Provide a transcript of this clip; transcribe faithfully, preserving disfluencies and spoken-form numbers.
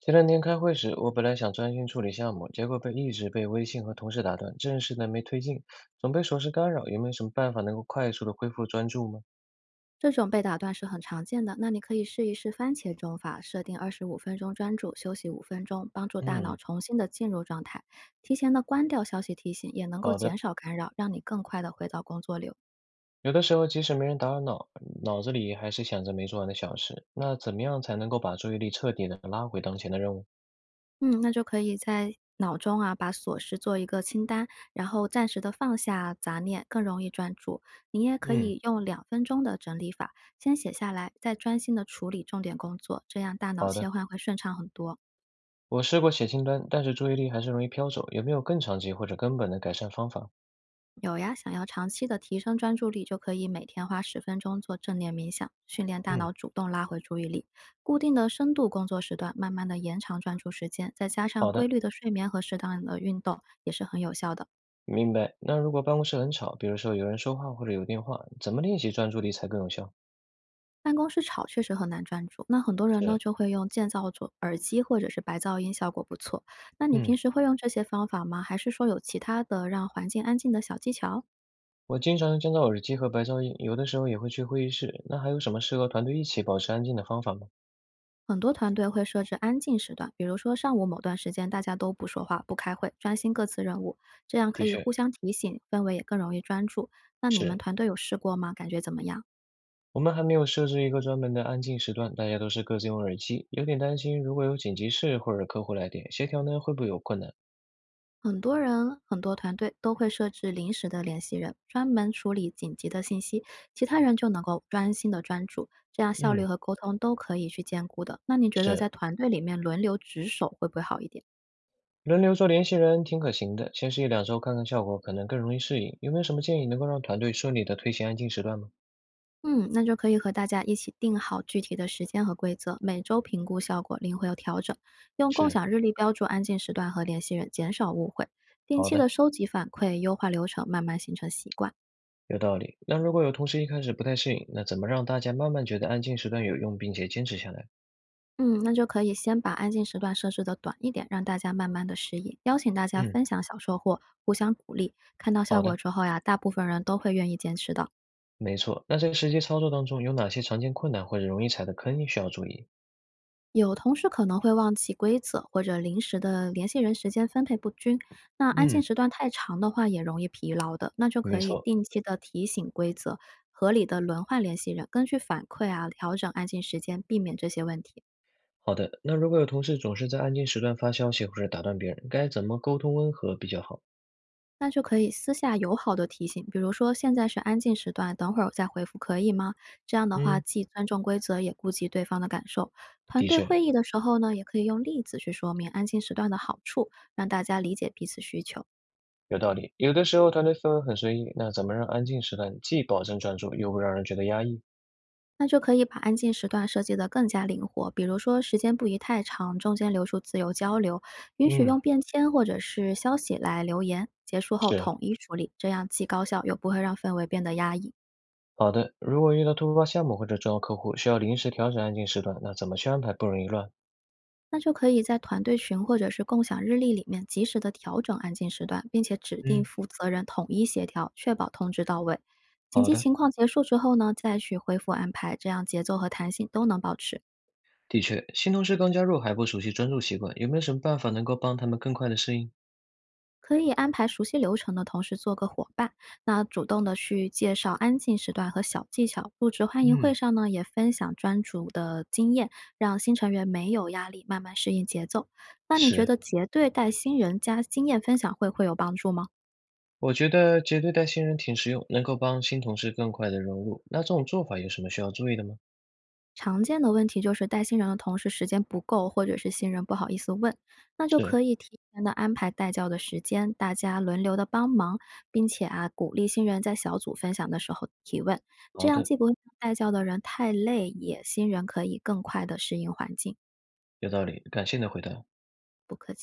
前两天开会时，我本来想专心处理项目，结果被一直被微信和同事打断，正事呢没推进，总被琐事干扰。有没有什么办法能够快速的恢复专注吗？这种被打断是很常见的，那你可以试一试番茄钟法，设定二十五分钟专注，休息五分钟，帮助大脑嗯。重新的进入状态。提前的关掉消息提醒，也能够好减的。少干扰，让你更快的回到工作流。有的时候即使没人打扰脑，脑子里还是想着没做完的小事。那怎么样才能够把注意力彻底的拉回当前的任务？嗯，那就可以在脑中啊把琐事做一个清单，然后暂时的放下杂念，更容易专注。你也可嗯。以用两分钟的整理法，先写下来，再专心的处理重点工作，这样大脑好切的。换会顺畅很多。我试过写清单，但是注意力还是容易飘走。有没有更长期或者根本的改善方法？有呀，想要长期的提升专注力，就可以每天花十分钟做正念冥想，训练大脑嗯。主动拉回注意力。固定的深度工作时段，慢慢的延长专注时间，再加上好规的。律的睡眠和适当的运动，也是很有效的。明白。那如果办公室很吵，比如说有人说话或者有电话，怎么练习专注力才更有效？办公室吵确实很难专注，那很多人呢是。就会用降噪组耳机或者是白噪音，效果不错。那你平嗯，时会用这些方法吗？还是说有其他的让环境安静的小技巧？我经常降噪耳机和白噪音，有的时候也会去会议室。那还有什么适合团队一起保持安静的方法吗？很多团队会设置安静时段，比如说上午某段时间大家都不说话、不开会，专心各自任务，这样可的以确。互相提醒，氛围也更容易专注。那你们是，团队有试过吗？感觉怎么样？我们还没有设置一个专门的安静时段，大家都是各自用耳机，有点担心如果有紧急事或者客户来电，协调呢会不会有困难？很多人、很多团队都会设置临时的联系人，专门处理紧急的信息，其他人就能够专心的专注，这样效率嗯。和沟通都可以去兼顾的。那你觉得是。在团队里面轮流值守会不会好一点？轮流做联系人挺可行的，先试一两周看看效果，可能更容易适应。有没有什么建议能够让团队顺利的推行安静时段吗？嗯，那就可以和大家一起定好具体的时间和规则，每周评估效果，灵活调整，用共是。享日历标注安静时段和联系人，减少误会。定好期的。的收集反馈，优化流程，慢慢形成习惯。有道理。那如果有同事一开始不太适应，那怎么让大家慢慢觉得安静时段有用，并且坚持下来？嗯，那就可以先把安静时段设置的短一点，让大家慢慢的适应。邀请大家嗯。分享小收获，互相鼓励。看到效好的。果之后呀，大部分人都会愿意坚持的。没错。那在实际操作当中，有哪些常见困难或者容易踩的坑需要注意？有同事可能会忘记规则，或者临时的联系人时间分配不均。那安静嗯。时段太长的话，也容易疲劳的。那就没可以错。定期的提醒规则，合理的轮换联系人，根据反馈啊调整安静时间，避免这些问题。好的，那如果有同事总是在安静时段发消息或者打断别人，该怎么沟通温和比较好？那就可以私下友好的提醒，比如说现在是安静时段，等会儿我再回复可以吗？这样的话，嗯。既尊重规则，也顾及对方的感受。团的队确。会议的时候呢，也可以用例子去说明安静时段的好处，让大家理解彼此需求。有道理。有的时候团队氛围很随意，那怎么让安静时段既保证专注，又不让人觉得压抑？那就可以把安静时段设计得更加灵活，比如说时间不宜太长，中间留出自由交流，允许嗯。用便签或者是消息来留言，结束后是。统一处理，这样既高效又不会让氛围变得压抑。好的，如果遇到突发项目或者重要客户需要临时调整安静时段，那怎么去安排不容易乱？那就可以在团队群或者是共享日历里面及时的调整安静时段，并且指定嗯。负责人统一协调，确保通知到位。紧好急的。情况结束之后呢，再去恢复安排，这样节奏和弹性都能保持。的确，新同事刚加入还不熟悉专注习惯，有没有什么办法能够帮他们更快的适应？可以安排熟悉流程的同事做个伙伴，那主动的去介绍安静时段和小技巧。入职欢迎会嗯。上呢，也分享专注的经验，让新成员没有压力，慢慢适应节奏。那你觉是，得结对带新人加经验分享会会有帮助吗？我觉得结对带新人挺实用，能够帮新同事更快的融入。那这种做法有什么需要注意的吗？常见的问题就是带新人的同事时间不够，或者是新人不好意思问，那就是。可以提前的安排带教的时间，大家轮流的帮忙，并且啊鼓励新人在小组分享的时候提问，这好样的。既不会让带教的人太累，也新人可以更快的适应环境。有道理。感谢你的回答。不客气。